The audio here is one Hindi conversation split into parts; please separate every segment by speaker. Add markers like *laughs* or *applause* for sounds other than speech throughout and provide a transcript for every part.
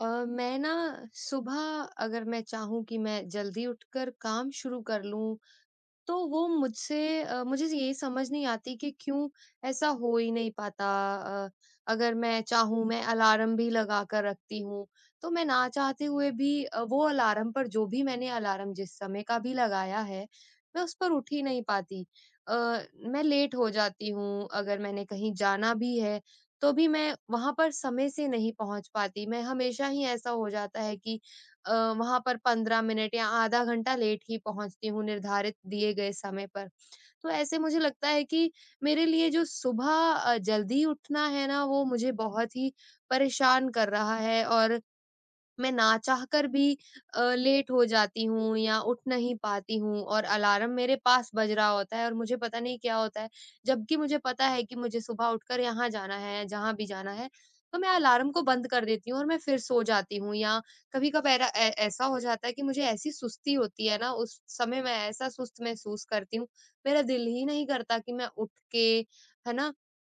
Speaker 1: मैं ना सुबह अगर मैं चाहूँ कि मैं जल्दी उठकर काम शुरू कर लूँ तो वो मुझे ये समझ नहीं आती कि क्यों ऐसा हो ही नहीं पाता। अ, अगर मैं चाहूँ मैं अलार्म भी लगा कर रखती हूँ, तो मैं ना चाहते हुए भी वो अलार्म पर जो भी मैंने अलार्म जिस समय का भी लगाया है, मैं उस पर उठ ही नहीं पाती। अ, मैं लेट हो जाती हूँ, अगर मैंने कहीं जाना भी है, तो भी मैं वहाँ पर समय से नहीं पहुँच पाती। मैं हमेशा ही ऐसा हो जाता है कि अ, वहाँ पर 15 मिनट या आधा घंटा लेट ही पहुँचती हूँ निर्धारित दिए गए समय पर। तो ऐसे मुझे लगता है कि मेरे लिए जो सुबह जल्दी उठना है ना, वो मुझे बहुत ही परेशान कर रहा है और मैं ना चाहकर भी लेट हो जाती हूँ या उठ नहीं पाती हूँ और अलार्म मेरे पास बज रहा होता है और मुझे पता नहीं क्या होता है। जबकि मुझे पता है कि मुझे सुबह उठकर यहाँ जाना है, जहाँ भी जाना है, तो मैं अलार्म को बंद कर देती हूँ और मैं फिर सो जाती हूँ या कभी-कभार ऐ ऐ ऐसा हो जाता है कि मुझे ऐसी सुस्ती होती है ना, उस समय मैं ऐसा सुस्त महसूस करती हूँ, मेरा दिल ही नहीं करता कि मैं उठ के, है ना,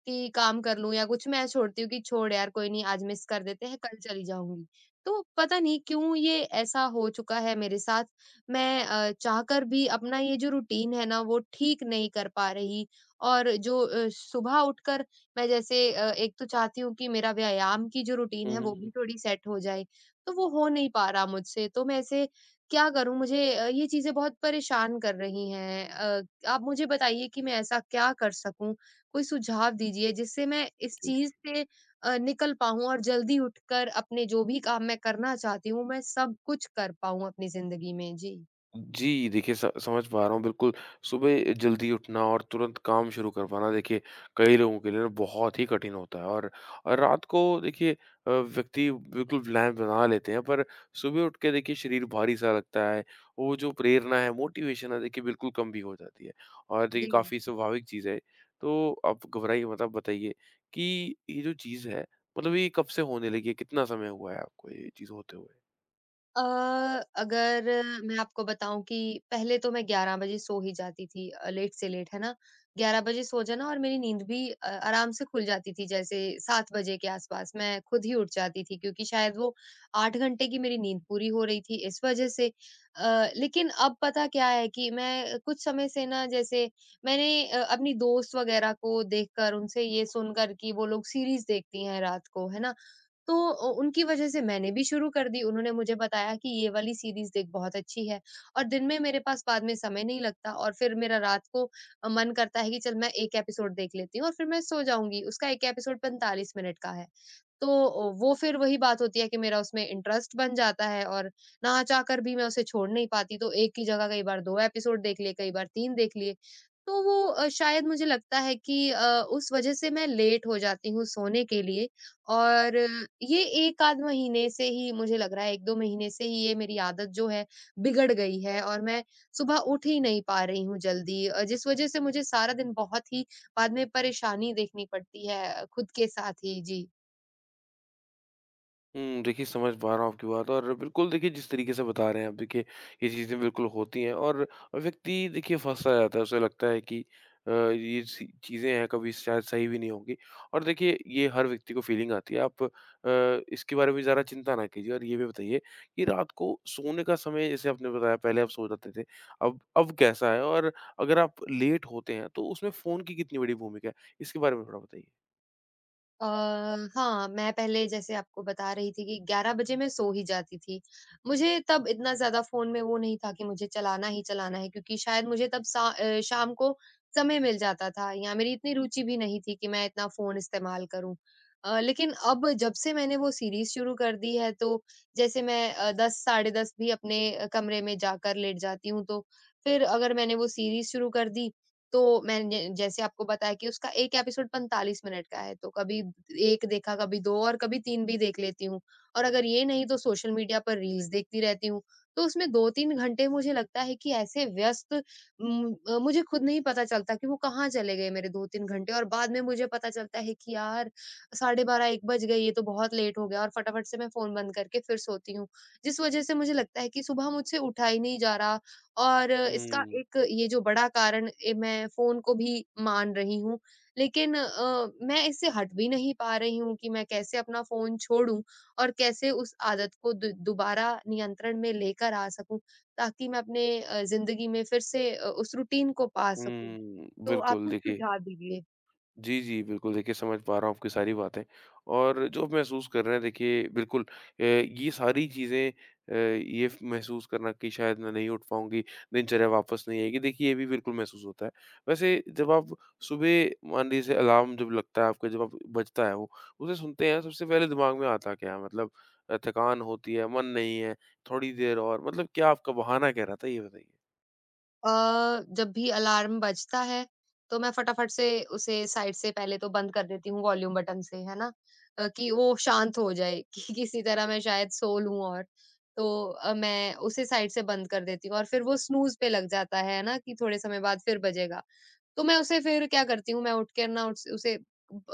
Speaker 1: कि काम कर लूँ या कुछ मैं छोड़ती हूँ कि छोड़ यार कोई नहीं आज मिस कर देते हैं, कल चली जाऊँगी। तो पता नहीं क्यों ये ऐसा हो चुका है मेरे साथ। मैं चाहकर भी अपना ये जो रूटीन है ना, वो ठीक नहीं कर पा रही और जो सुबह उठकर मैं जैसे एक तो चाहती हूँ कि मेरा व्यायाम की जो रूटीन
Speaker 2: हुँ,
Speaker 1: है, वो
Speaker 2: हुँ।
Speaker 1: भी थोड़ी सेट हो जाए, तो वो हो नहीं पा रहा मुझसे। तो मैं ऐसे क्या करूँ? मुझे ये चीज़ें बहुत परेशान कर रही हैं। आप मुझे बताइए कि मैं ऐसा क्या कर सकूँ? कोई सुझाव दीजिए जिससे मैं इस चीज़ से निकल पाऊँ और जल्दी उठकर अपने जो भी काम मैं करना चाहती हूँ, मैं सब कुछ कर पाऊँ अपनी ज़िंदगी में। जी।
Speaker 2: जी, देखिए स समझ पा रहा हूँ बिल्कुल। सुबह जल्दी उठना और तुरंत काम शुरू कर पाना देखिए कई लोगों के लिए ना बहुत ही कठिन होता है, और रात को देखिए व्यक्ति बिल्कुल प्लान बना लेते हैं, पर सुबह उठ के देखिए शरीर भारी-सा लगता है। वो जो प्रेरणा है, मोटिवेशन है देखिए बिल्कुल कम भी हो जाती है, और देखिए
Speaker 1: जी।
Speaker 2: काफ़ी स्वाभाविक चीज़ है। तो आप घबराइए मत, आप बताइए कि ये जो चीज़ है मतलब ये कब से होने लगी है? कितना समय हुआ है आपको ये चीज़ होते हुए?
Speaker 1: अ, अगर मैं आपको बताऊँ कि पहले तो मैं 11 बजे सो ही जाती थी लेट से लेट, है ना? 11 बजे सो जाना और मेरी नींद भी आराम से खुल जाती थी, जैसे 7 बजे के आस-पास मैं खुद ही उठ जाती थी क्योंकि शायद वो 8 घंटे की मेरी नींद पूरी हो रही थी इस वज़ह से। लेकिन अब पता क्या है कि मैं कुछ समय से ना जैसे मैंने अपनी दोस्त वग़ैरह को देखकर, उनसे ये सुनकर कि वो लोग सीरीज़ देखती हैं रात को, है ना? तो उ उनकी वज़ह से मैंने भी शुरू कर दी, उन्होंने मुझे बताया कि ये वाली सीरीज़ देख बहुत अच्छी है और दिन में मेरे पास बाद में समय नहीं लगता और फिर मेरा रात को मन करता है कि चल मैं 1 एपिसोड देख लेती हूँ और फिर मैं सो जाऊँगी, उसका 1 एपिसोड 45 मिनट का है। तो वो फिर वही बात होती है कि मेरा उसमें इंटरेस्ट बन जाता है और ना चाह कर भी मैं उसे छोड़ नहीं पाती, तो एक की जगह कई बार 2 एपिसोड देख लिए, कई बार 3 देख लिए। तो वो शायद मुझे लगता है कि उस वज़ह से मैं लेट हो जाती हूँ सोने के लिए और ये 1 आध महीने से ही मुझे लग रहा है 1-2 महीने से ही ये मेरी आदत जो है बिगड़ गई है और मैं सुबह उठ ही नहीं पा रही हूँ जल्दी जिस वज़ह से मुझे सारा दिन बहुत ही बाद में परेशानी देखनी पड़ती है खुद के साथ ही। जी।
Speaker 2: देखिए समझ पा रहा हूँ आपकी बात, और बिल्कुल देखिए जिस तरीके से बता रहे हैं आप देखिए ये चीज़ें बिल्कुल होती हैं, और व्यक्ति देखिए फँसा जाता है, उसे लगता है कि ये सी चीज़ें हैं कभी शायद सही भी नहीं होंगी, और देखिए ये हर व्यक्ति को फ़ीलिंग आती है। आप इसके बारे में ज़्यादा चिंता ना कीजिए, और ये भी बताइए कि रात को सोने का समय जैसे आपने बताया पहले आप सो जाते थे, अब कैसा है? और अगर आप लेट होते हैं तो उसमें फ़ोन की कितनी बड़ी भूमिका है? इसके बारे में थोड़ा बताइए।
Speaker 1: अ, हाँ, मैं पहले जैसे आपको बता रही थी कि 11 बजे मैं सो ही जाती थी। मुझे तब इतना ज़्यादा फ़ोन में वो नहीं था कि मुझे चलाना ही चलाना है क्योंकि शायद मुझे तब शाम को समय मिल जाता था या मेरी इतनी रुचि भी नहीं थी कि मैं इतना फ़ोन इस्तेमाल करूँ। लेकिन अब जब से मैंने वो सीरीज़ शुरू कर दी है तो जैसे मैं 10 साढ़े 10 भी अपने कमरे में जाकर लेट जाती हूँ तो फिर अगर मैंने वो सीरीज़ शुरू कर दी तो मैंने जैसे आपको बताया कि उसका 1 एपिसोड 45 मिनट का है, तो कभी 1 देखा, कभी 2 और कभी 3 भी देख लेती हूँ। और अगर ये नहीं तो सोशल मीडिया पर रील्स देखती रहती हूँ। तो उसमें 2-3 घंटे मुझे लगता है कि ऐसे व्यस्त मुझे खुद नहीं पता चलता कि वो कहाँ चले गए मेरे 2-3 घंटे और बाद में मुझे पता चलता है कि यार, 12:30 1 बज गए, ये तो बहुत लेट हो गया और फटाफट से मैं फ़ोन बंद करके फिर सोती हूँ। जिस वजह से मुझे लगता है कि सुबह मुझसे उठा ही नहीं जा रहा और इसका
Speaker 2: हुँ,
Speaker 1: एक ये जो बड़ा कारण मैं फ़ोन को भी मान रही हूँ। लेकिन मैं इससे हट भी नहीं पा रही हूँ कि मैं कैसे अपना फ़ोन छोड़ूँ और कैसे उस आदत को दु दोबारा नियंत्रण में लेकर आ सकूँ, ताकि मैं अपने ज़िंदगी में फिर से उस रूटीन को पा सकूँ।
Speaker 2: हुँ।
Speaker 1: तो आप
Speaker 2: बिल्कुल
Speaker 1: कुछ
Speaker 2: देखिए।
Speaker 1: सुझाव दीजिए।
Speaker 2: जी, जी, बिल्कुल, देखिए समझ पा रहा हूँ आपकी सारी बातें, और जो आप महसूस कर रहे हैं देखिए बिल्कुल, ये सारी चीज़ें, अ, ये फ महसूस करना कि शायद मैं नहीं उठ पाऊँगी, दिनचर्या वापस नहीं आएगी, देखिए ये भी बिल्कुल महसूस होता है। वैसे जब आप सुबह मान लीजिए अलार्म जब लगता है आपका, जब आप बजता है वो, उसे सुनते हैं, सबसे पहले दिमाग में आता क्या है? मतलब थकान होती है, मन नहीं है, थोड़ी देर और, मतलब क्या आपका बहाना क्या रहता है? ये बताइए।
Speaker 1: अ, जब भी अलार्म बजता है, तो मैं फटाफट से उसे साइड से पहले तो बंद कर देती हूँ वॉल्यूम बटन से, है ना? कि वो शांत हो जाए *laughs* कि किसी तरह मैं शायद सो लूँ और। तो मैं उसे साइड से बंद कर देती हूँ और फिर वो स्नूज़ पे लग जाता है ना कि थोड़े समय बाद फिर बजेगा। तो मैं उसे फिर क्या करती हूँ मैं उठ के ना उस उसे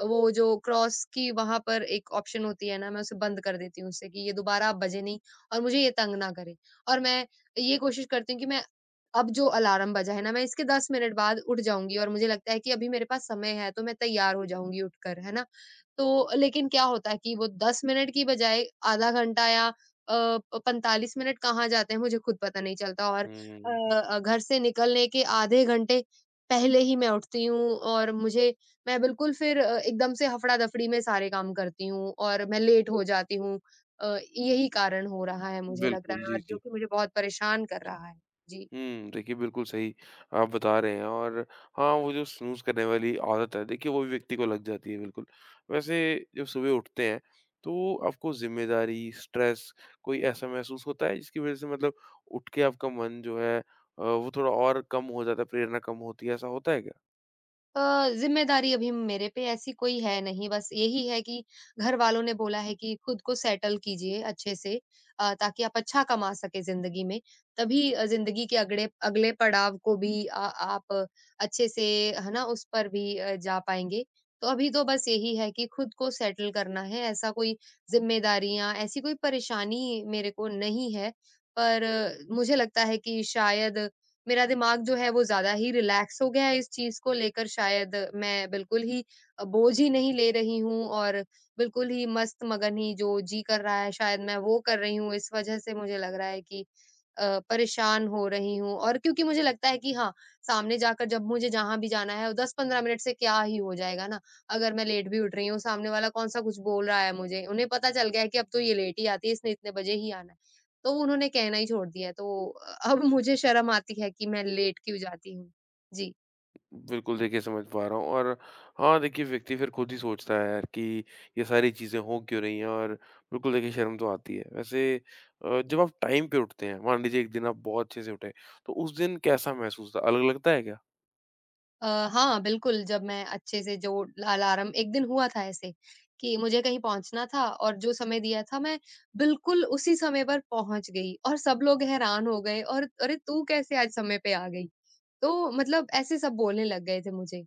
Speaker 1: वो जो क्रॉस की वहाँ पर एक ऑप्शन होती है ना मैं उसे बंद कर देती हूँ उससे कि ये दोबारा अब बजे नहीं और मुझे ये तंग ना करे और मैं ये कोशिश करती हूँ कि मैं अब जो अलार्म बजा है ना मैं इसके दस मिनट बाद उठ जाऊंगी और मुझे लगता है कि अभी मेरे पास समय है तो मैं तैयार हो जाऊंगी उठकर है ना तो लेकिन क्या होता है कि वो दस मिनट की बजाय आधा घंटा या पैंतालीस मिनट कहाँ जाते हैं मुझे खुद पता नहीं चलता और
Speaker 2: हुँ।
Speaker 1: घर से निकलने के आधे घंटे पहले ही मैं उठती हूँ और मुझे मैं बिल्कुल फिर एकदम से हफ़ड़ा-दफ़ड़ी में सारे काम करती हूँ और मैं लेट हो जाती हूँ। यही कारण हो रहा है मुझे लग रहा
Speaker 2: बिल्कुल,
Speaker 1: है
Speaker 2: जी,
Speaker 1: और जो
Speaker 2: जी।
Speaker 1: कि मुझे बहुत परेशान कर रहा है। जी।
Speaker 2: देखिए बिल्कुल सही आप बता रहे हैं, और हाँ, वो जो स्नूज़ करने वाली आदत है, देखिए वो भी व्यक्ति को लग जाती है बिल्कुल। वैसे जब सुबह उठते हैं, तो आपको ज़िम्मेदारी, स्ट्रेस कोई ऐसा महसूस होता है जिसकी वज़ह से मतलब उठ के आपका मन जो है वो थोड़ा और कम हो जाता है, प्रेरणा कम होती है, ऐसा होता है क्या?
Speaker 1: ज़िम्मेदारी अभी मेरे पे ऐसी कोई है नहीं, बस यही है कि घर वालों ने बोला है कि खुद को सेटल कीजिए अच्छे से ताकि आप अच्छा कमा सकें ज़िंदगी में, तभी ज़िंदगी के अगड़े अगले पड़ाव को भी आप अच्छे से है ना, उस पर भी जा पाएँगे। तो अभी तो बस यही है कि खुद को सेटल करना है, ऐसा कोई ज़िम्मेदारियाँ, ऐसी कोई परेशानी मेरे को नहीं है, पर मुझे लगता है कि शायद मेरा दिमाग जो है वो ज़्यादा ही रिलैक्स हो गया है इस चीज़ को लेकर शायद मैं बिल्कुल ही बोझ ही नहीं ले रही हूँ और बिल्कुल ही मस्त-मगन ही जो जी कर रहा है शायद मैं वो कर रही हूँ। इस वज़ह से मुझे लग रहा है कि परेशान हो रही हूँ और क्योंकि मुझे लगता है कि हाँ, सामने जाकर जब मुझे जहाँ भी जाना है 10-15 मिनट से क्या ही हो जाएगा ना? अगर मैं लेट भी उठ रही हूँ, सामने वाला कौन-सा कुछ बोल रहा है मुझे? उन्हें पता चल गया है कि अब तो ये लेट ही आती है, इसने इतने बजे ही आना है। तो उन्होंने कहना ही छोड़ दिया है, तो अब मुझे शर्म आती है कि मैं लेट क्यों जाती हूँ। जी।
Speaker 2: बिल्कुल देखिए समझ पा रहा हूँ, और हाँ देखिए व्यक्ति फिर खुद ही सोचता है यार कि ये सारी चीज़ें हो क्यों रही हैं, और बिल्कुल देखिए शर्म तो आती है। वैसे जब आप टाइम पे उठते हैं मान लीजिए एक दिन आप बहुत अच्छे से उठे, तो उस दिन कैसा महसूस होता है? अलग लगता है क्या?
Speaker 1: अ, हाँ, बिल्कुल, जब मैं अच्छे से जो अलार्म एक दिन हुआ था ऐसे कि मुझे कहीं पहुँचना था और जो समय दिया था मैं बिल्कुल उसी समय पर पहुँच गई और सब लोग हैरान हो गए और अरे! तू कैसे आज समय पे आ गई? तो मतलब ऐसे सब बोलने लग गए थे मुझे।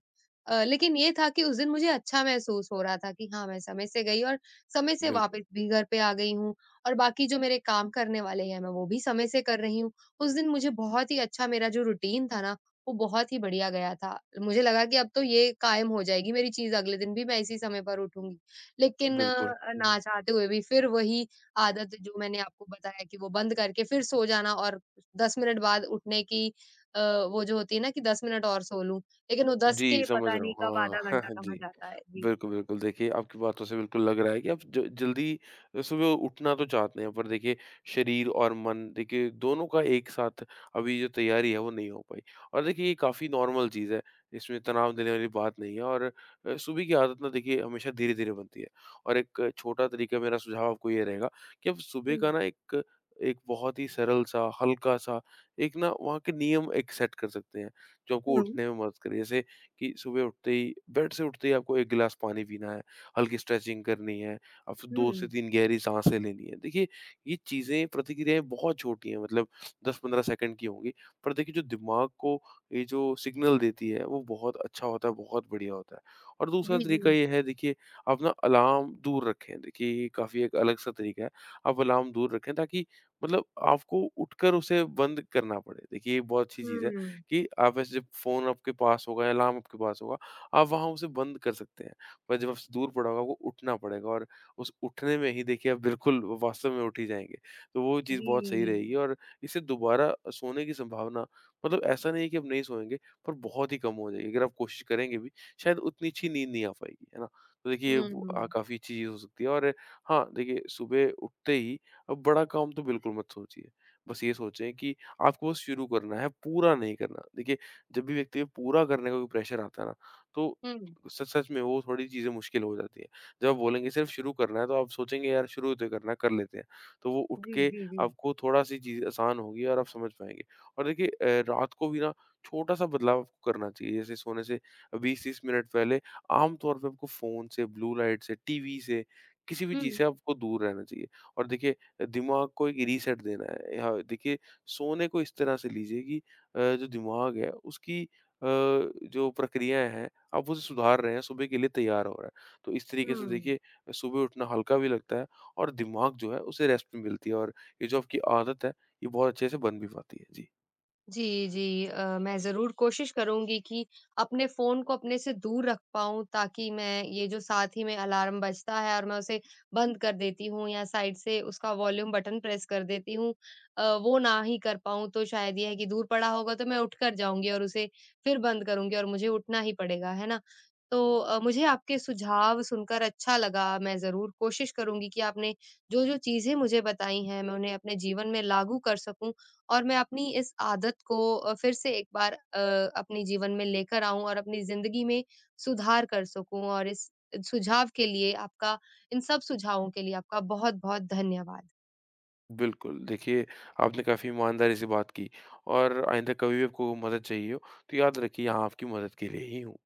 Speaker 1: लेकिन ये था कि उस दिन मुझे अच्छा महसूस हो रहा था कि हाँ, मैं समय से गई और समय से
Speaker 2: बिल्कुल,
Speaker 1: वापस भी घर पे आ गई हूँ और बाकी जो मेरे काम करने वाले हैं, मैं वो भी समय से कर रही हूँ। उस दिन मुझे बहुत ही अच्छा मेरा जो रूटीन था ना वो बहुत ही बढ़िया गया था। मुझे लगा कि अब तो ये कायम हो जाएगी मेरी चीज़, अगले दिन भी मैं इसी समय पर उठूँगी। लेकिन
Speaker 2: बिल्कुल। हुँ, हुँ।
Speaker 1: ना चाहते हुए भी फिर वही आदत जो मैंने आपको बताया कि वो बंद करके फिर सो जाना और 10 मिनट बाद उठने की अ, वो जो होती है ना कि 10 मिनट और सो लूँ। लेकिन वो 10
Speaker 2: जी,
Speaker 1: के
Speaker 2: समझ
Speaker 1: पता
Speaker 2: रहा
Speaker 1: नहीं कब
Speaker 2: हूँ।
Speaker 1: आधा
Speaker 2: हाँ,
Speaker 1: घंटा
Speaker 2: *laughs*
Speaker 1: कहाँ
Speaker 2: जी।
Speaker 1: जाता है। जी।
Speaker 2: बिल्कुल, बिल्कुल। देखिए, आपकी बातों से बिल्कुल लग रहा है कि आप ज जल्दी सुबह उठना तो चाहते हैं, पर देखिए शरीर और मन देखिए दोनों का एक साथ अभी जो तैयारी है वो नहीं हो पाई। और देखिए ये काफ़ी नॉर्मल चीज़ है, इसमें तनाव देने वाली बात नहीं है, और सुबह की आदत ना देखिए हमेशा धीरे-धीरे बनती है। और एक छोटा तरीका मेरा सुझाव आपको ये रहेगा कि आप सुबह का
Speaker 1: हुँ।
Speaker 2: ना एक एक बहुत ही सरल सा, हल्का सा एक, ना वहाँ के नियम एक सेट कर सकते हैं, जो आपको उठने में मदद करे। जैसे कि सुबह उठते ही बेड से उठते ही आपको 1 गिलास पानी पीना है, हल्की स्ट्रेचिंग करनी है, अब
Speaker 1: हुँ,
Speaker 2: 2 से
Speaker 1: हुँ।
Speaker 2: 3 गहरी साँसें लेनी है। देखिए, ये चीज़ें, प्रतिक्रियाएँ बहुत छोटी हैं, मतलब 10-15 सेकंड की होंगी, पर देखिए जो दिमाग को ये जो सिग्नल देती है, वो बहुत अच्छा होता है, बहुत बढ़िया होता है। और दूसरा
Speaker 1: जी, जी।
Speaker 2: तरीका ये है देखिए, आप ना अलार्म दूर रखें, देखिए ये काफ़ी एक अलग-सा तरीका है। आप अलार्म दूर रखें ताकि मतलब आपको उठकर उसे बंद करना पड़े। देखिए, ये बहुत अच्छी चीज़ है।
Speaker 1: हुँ।
Speaker 2: कि आप ऐसे जब फ़ोन आपके पास होगा, अलार्म आपके पास होगा, आप वहाँ उसे बंद कर सकते हैं। पर जब आपसे दूर पड़ा होगा, वो उठना पड़ेगा, और उस उठने में ही देखिए आप बिल्कुल वास्तव में उठ ही जाएँगे। तो वो चीज़ बहुत सही
Speaker 1: जी।
Speaker 2: रहेगी, और इससे दोबारा सोने की संभावना, मतलब ऐसा नहीं है कि आप नहीं सोएँगे, पर बहुत ही कम हो जाएगी। अगर आप कोशिश करेंगे भी, शायद उतनी अच्छी नींद नहीं आ पाएगी, है ना? तो देखिए ये
Speaker 1: हुँ।
Speaker 2: काफ़ी अच्छी चीज़ हो सकती है। और हाँ, देखिए सुबह उठते ही अब बड़ा काम तो बिल्कुल मत सोचिए। बस ये सोचें कि आपको बस शुरू करना है, पूरा नहीं करना। देखिए, जब भी व्यक्ति पे पूरा करने का कोई प्रेशर आता है ना, तो
Speaker 1: हुँ।
Speaker 2: सच सच में वो थोड़ी चीज़ें मुश्किल हो जाती हैं। जब आप बोलेंगे सिर्फ शुरू करना है, तो आप सोचेंगे यार शुरू तो करना है, कर लेते हैं। तो वो उठ
Speaker 1: जी,
Speaker 2: के
Speaker 1: जी, जी।
Speaker 2: आपको थोड़ा-सी चीज़ आसान होगी और आप समझ पाएँगे। और देखिए रात को भी ना छोटा-सा बदलाव आपको करना चाहिए। जैसे सोने से 20-30 मिनट पहले आम तौर पे आपको फ़ोन से, ब्लू लाइट से, टीवी से, किसी भी चीज़
Speaker 1: हुँ,
Speaker 2: से आपको दूर रहना चाहिए। और देखिए दिमाग को एक रीसेट देना है। यहाँ देखिए सोने को इस तरह से लीजिए कि जो दिमाग है उसकी जो प्रक्रियाएँ हैं, आप उसे सुधार रहे हैं, सुबह के लिए तैयार हो रहा है। तो इस तरीके से
Speaker 1: हुँ।
Speaker 2: देखिए सुबह उठना हल्का भी लगता है, और दिमाग जो है उसे रेस्ट भी मिलती है, और ये जो आपकी आदत है ये बहुत अच्छे से बन भी पाती है। जी।
Speaker 1: जी, जी। मैं ज़रूर कोशिश करूँगी कि अपने फ़ोन को अपने से दूर रख पाऊँ ताकि मैं ये जो साथ ही में अलार्म बजता है और मैं उसे बंद कर देती हूँ या साइड से उसका वॉल्यूम बटन प्रेस कर देती हूँ वो ना ही कर पाऊँ तो शायद ये है कि दूर पड़ा होगा तो मैं उठकर जाऊँगी और उसे फिर बंद करूँगी और मुझे उठना ही पड़ेगा, है ना? तो मुझे आपके सुझाव सुनकर अच्छा लगा, मैं ज़रूर कोशिश करूँगी कि आपने जो-जो चीज़ें मुझे बताई हैं मैं उन्हें अपने जीवन में लागू कर सकूँ और मैं अपनी इस आदत को फिर से एक बार अपने जीवन में लेकर आऊँ और अपनी ज़िंदगी में सुधार कर सकूँ और इस सुझाव के लिए आपका इन सब सुझावों के लिए आपका बहुत-बहुत धन्यवाद।
Speaker 2: बिल्कुल, देखिए आपने काफ़ी ईमानदारी से बात की, और आइंदा कभी भी आपको मदद चाहिए हो तो याद रखिए यहाँ आपकी मदद के लिए ही हूँ।